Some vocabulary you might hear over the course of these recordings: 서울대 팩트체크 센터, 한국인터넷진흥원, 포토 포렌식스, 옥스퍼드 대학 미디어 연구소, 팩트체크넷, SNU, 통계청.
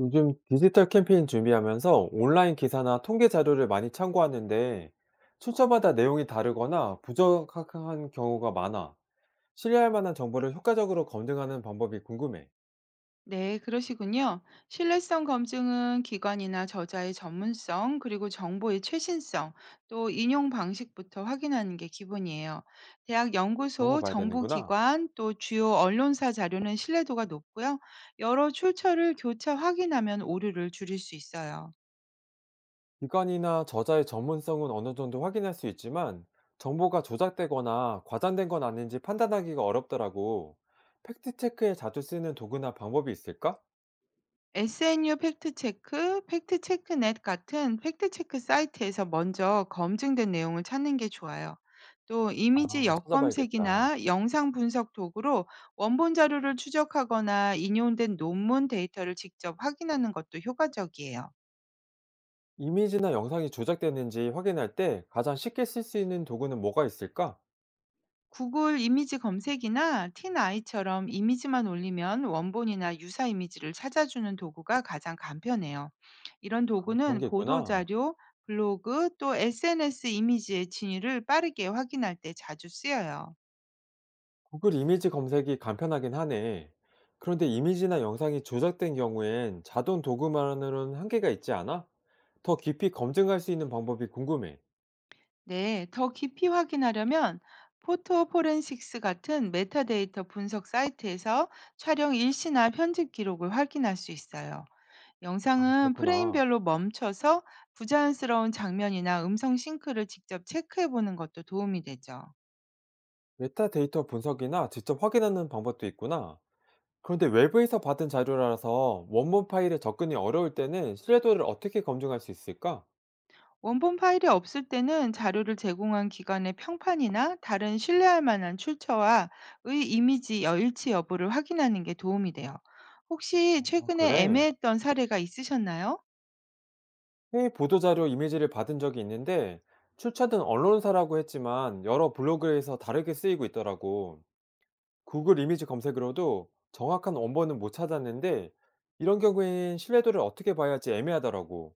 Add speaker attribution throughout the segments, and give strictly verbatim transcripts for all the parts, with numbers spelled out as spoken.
Speaker 1: 요즘 디지털 캠페인 준비하면서 온라인 기사나 통계 자료를 많이 참고하는데 출처마다 내용이 다르거나 부정확한 경우가 많아. 신뢰할 만한 정보를 효과적으로 검증하는 방법이 궁금해.
Speaker 2: 네, 그러시군요. 신뢰성 검증은 기관이나 저자의 전문성, 그리고 정보의 최신성, 또 인용 방식부터 확인하는 게 기본이에요. 대학
Speaker 1: 그런 거
Speaker 2: 연구소,
Speaker 1: 봐야 되는구나.
Speaker 2: 정보기관, 또 주요 언론사 자료는 신뢰도가 높고요. 여러 출처를 교차 확인하면 오류를 줄일 수 있어요.
Speaker 1: 기관이나 저자의 전문성은 어느 정도 확인할 수 있지만 정보가 조작되거나 과장된 건 아닌지 판단하기가 어렵더라고. 팩트체크에 자주 쓰는 도구나 방법이 있을까?
Speaker 2: 에스엔유 팩트체크, 팩트체크넷 같은 팩트체크 사이트에서 먼저 검증된 내용을 찾는 게 좋아요. 또
Speaker 1: 아,
Speaker 2: 이미지
Speaker 1: 한번 찾아봐야겠다.
Speaker 2: 역검색이나 영상 분석 도구로 원본 자료를 추적하거나 인용된 논문 데이터를 직접 확인하는 것도 효과적이에요.
Speaker 1: 이미지나 영상이 조작됐는지 확인할 때 가장 쉽게 쓸 수 있는 도구는 뭐가 있을까?
Speaker 2: 구글 이미지 검색이나 틴아이처럼 이미지만 올리면 원본이나 유사 이미지를 찾아주는 도구가 가장 간편해요. 이런
Speaker 1: 아, 그런
Speaker 2: 도구는
Speaker 1: 게 있구나.
Speaker 2: 보도자료, 블로그 또 에스엔에스 이미지의 진위를 빠르게 확인할 때 자주 쓰여요.
Speaker 1: 구글 이미지 검색이 간편하긴 하네. 그런데 이미지나 영상이 조작된 경우엔 자동 도구만으로는 한계가 있지 않아? 더 깊이 검증할 수 있는 방법이 궁금해.
Speaker 2: 네, 더 깊이 확인하려면 포토 포렌식스 같은 메타데이터 분석 사이트에서 촬영 일시나 편집 기록을 확인할 수 있어요.
Speaker 1: 아,
Speaker 2: 영상은
Speaker 1: 그렇구나.
Speaker 2: 프레임별로 멈춰서 부자연스러운 장면이나 음성 싱크를 직접 체크해 보는 것도 도움이 되죠.
Speaker 1: 메타데이터 분석이나 직접 확인하는 방법도 있구나. 그런데 외부에서 받은 자료라서 원본 파일에 접근이 어려울 때는 신뢰도를 어떻게 검증할 수 있을까?
Speaker 2: 원본 파일이 없을 때는 자료를 제공한 기관의 평판이나 다른 신뢰할 만한 출처와 의 이미지 여일치 여부를 확인하는 게 도움이 돼요. 혹시
Speaker 1: 아,
Speaker 2: 최근에
Speaker 1: 그래.
Speaker 2: 애매했던 사례가 있으셨나요?
Speaker 1: 해외 보도자료 이미지를 받은 적이 있는데 출처든 언론사라고 했지만 여러 블로그에서 다르게 쓰이고 있더라고. 구글 이미지 검색으로도 정확한 원본은 못 찾았는데 이런 경우엔 신뢰도를 어떻게 봐야 할지 애매하더라고.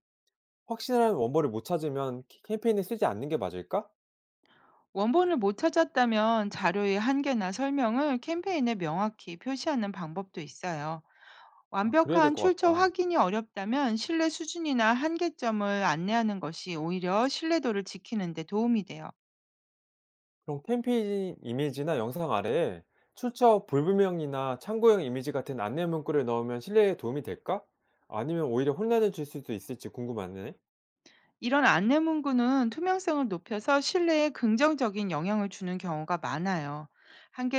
Speaker 1: 확실한 원본을 못 찾으면 키- 캠페인에 쓰지 않는 게 맞을까?
Speaker 2: 원본을 못 찾았다면 자료의 한계나 설명을 캠페인에 명확히 표시하는 방법도 있어요.
Speaker 1: 아, 그래야 될
Speaker 2: 완벽한
Speaker 1: 것
Speaker 2: 출처
Speaker 1: 같다.
Speaker 2: 확인이 어렵다면 신뢰 수준이나 한계점을 안내하는 것이 오히려 신뢰도를 지키는 데 도움이 돼요.
Speaker 1: 그럼 캠페인 이미지나 영상 아래에 출처 불분명이나 참고용 이미지 같은 안내 문구를 넣으면 신뢰에 도움이 될까? 아니면 오히려 혼란을 줄 수도 있을지 궁금하네.
Speaker 2: 이런 안내 문구는 투명성을 높여서 신뢰에 긍정적인 영향을 주는 경우가 많아요.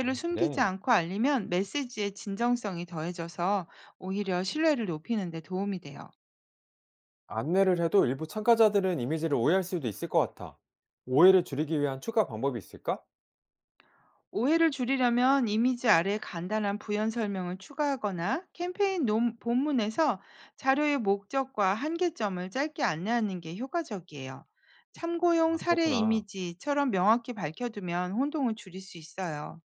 Speaker 1: 아,
Speaker 2: 숨기지
Speaker 1: 그래.
Speaker 2: 않고 알리면 메시지의 진정성이 더해져서 오히려 신뢰를 높이는 데 도움이 돼요.
Speaker 1: 안내를 해도 일부 참가자들은 이미지를 오해할 수도 있을 것 같아. 오해를 줄이기 위한 추가 방법이 있을까?
Speaker 2: 오해를 줄이려면 이미지 아래 간단한 부연 설명을 추가하거나 캠페인 논- 본문에서 자료의 목적과 한계점을 짧게 안내하는 게 효과적이에요. 참고용
Speaker 1: 아,
Speaker 2: 사례
Speaker 1: 그렇구나.
Speaker 2: 이미지처럼 명확히 밝혀두면 혼동을 줄일 수 있어요.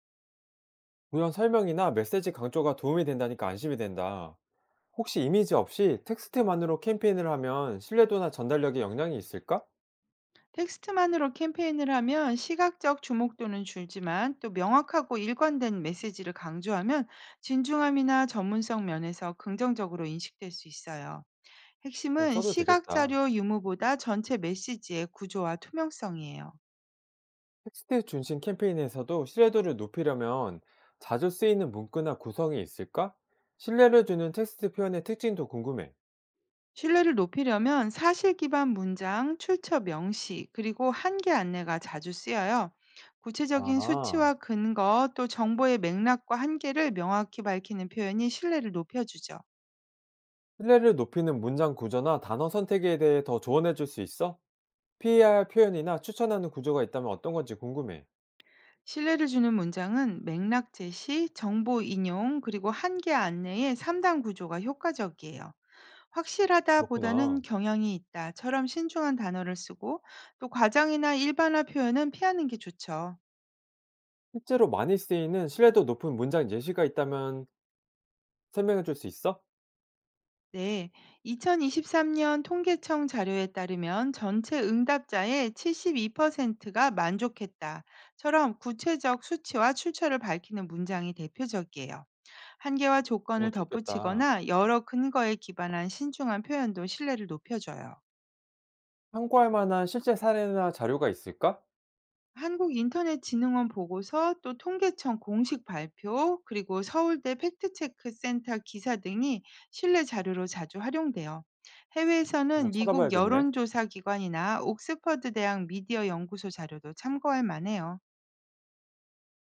Speaker 1: 구현 설명이나 메시지 강조가 도움이 된다니까 안심이 된다. 혹시 이미지 없이 텍스트만으로 캠페인을 하면 신뢰도나 전달력에 영향이 있을까?
Speaker 2: 텍스트만으로 캠페인을 하면 시각적 주목도는 줄지만 또 명확하고 일관된 메시지를 강조하면 진중함이나 전문성 면에서 긍정적으로 인식될 수 있어요.
Speaker 1: 그럼
Speaker 2: 핵심은
Speaker 1: 써도
Speaker 2: 시각
Speaker 1: 되겠다.
Speaker 2: 자료 유무보다 전체 메시지의 구조와 투명성이에요.
Speaker 1: 텍스트 중심 캠페인에서도 신뢰도를 높이려면 자주 쓰이는 문구나 구성이 있을까? 신뢰를 주는 텍스트 표현의 특징도 궁금해.
Speaker 2: 신뢰를 높이려면 사실 기반 문장, 출처 명시, 그리고 한계 안내가 자주 쓰여요. 구체적인
Speaker 1: 아.
Speaker 2: 수치와 근거, 또 정보의 맥락과 한계를 명확히 밝히는 표현이 신뢰를 높여주죠.
Speaker 1: 신뢰를 높이는 문장 구조나 단어 선택에 대해 더 조언해 줄 수 있어? 피해야 할 표현이나 추천하는 구조가 있다면 어떤 건지 궁금해.
Speaker 2: 신뢰를 주는 문장은 맥락 제시, 정보 인용, 그리고 한계 안내의 삼 단 구조가 효과적이에요. 확실하다보다는
Speaker 1: 그렇구나.
Speaker 2: 경향이 있다처럼 신중한 단어를 쓰고 또 과장이나 일반화 표현은 피하는 게 좋죠.
Speaker 1: 실제로 많이 쓰이는 신뢰도 높은 문장 예시가 있다면 설명해 줄 수 있어?
Speaker 2: 네, 이천이십삼 년 통계청 자료에 따르면 전체 응답자의 칠십이 퍼센트가 만족했다처럼 구체적 수치와 출처를 밝히는 문장이 대표적이에요. 한계와
Speaker 1: 그거
Speaker 2: 조건을
Speaker 1: 좋겠다.
Speaker 2: 덧붙이거나 여러 근거에 기반한 신중한 표현도 신뢰를 높여줘요.
Speaker 1: 참고할 만한 실제 사례나 자료가 있을까?
Speaker 2: 한국인터넷진흥원 보고서, 또 통계청 공식 발표, 그리고 서울대 팩트체크 센터 기사 등이 신뢰 자료로 자주 활용돼요.
Speaker 1: 그거
Speaker 2: 해외에서는 미국
Speaker 1: 찾아봐야겠네.
Speaker 2: 여론조사 기관이나 옥스퍼드 대학 미디어 연구소 자료도 참고할 만해요.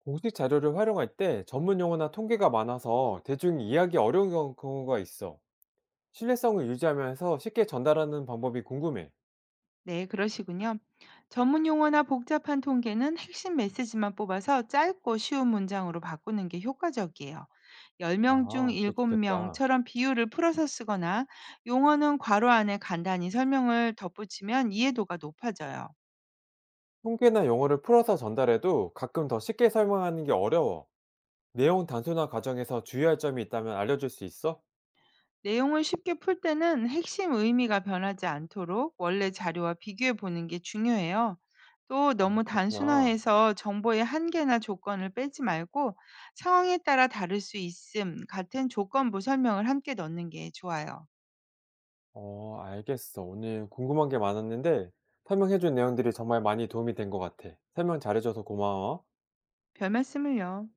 Speaker 1: 공식 자료를 활용할 때 전문 용어나 통계가 많아서 대중이 이해하기 어려운 경우- 경우가 있어. 신뢰성을 유지하면서 쉽게 전달하는 방법이 궁금해.
Speaker 2: 네, 그러시군요. 전문 용어나 복잡한 통계는 핵심 메시지만 뽑아서 짧고 쉬운 문장으로 바꾸는 게 효과적이에요. 열 명 중
Speaker 1: 아, 그게 좋겠다.
Speaker 2: 일곱 명처럼 비율을 풀어서 쓰거나 용어는 괄호 안에 간단히 설명을 덧붙이면 이해도가 높아져요.
Speaker 1: 통계나 용어를 풀어서 전달해도 가끔 더 쉽게 설명하는 게 어려워. 내용 단순화 과정에서 주의할 점이 있다면 알려줄 수 있어?
Speaker 2: 내용을 쉽게 풀 때는 핵심 의미가 변하지 않도록 원래 자료와 비교해 보는 게 중요해요. 또
Speaker 1: 아,
Speaker 2: 너무
Speaker 1: 그렇구나.
Speaker 2: 단순화해서 정보의 한계나 조건을 빼지 말고 상황에 따라 다를 수 있음 같은 조건부 설명을 함께 넣는 게 좋아요.
Speaker 1: 어, 알겠어. 오늘 궁금한 게 많았는데 설명해준 내용들이 정말 많이 도움이 된 것 같아. 설명 잘해줘서 고마워.
Speaker 2: 별 말씀을요.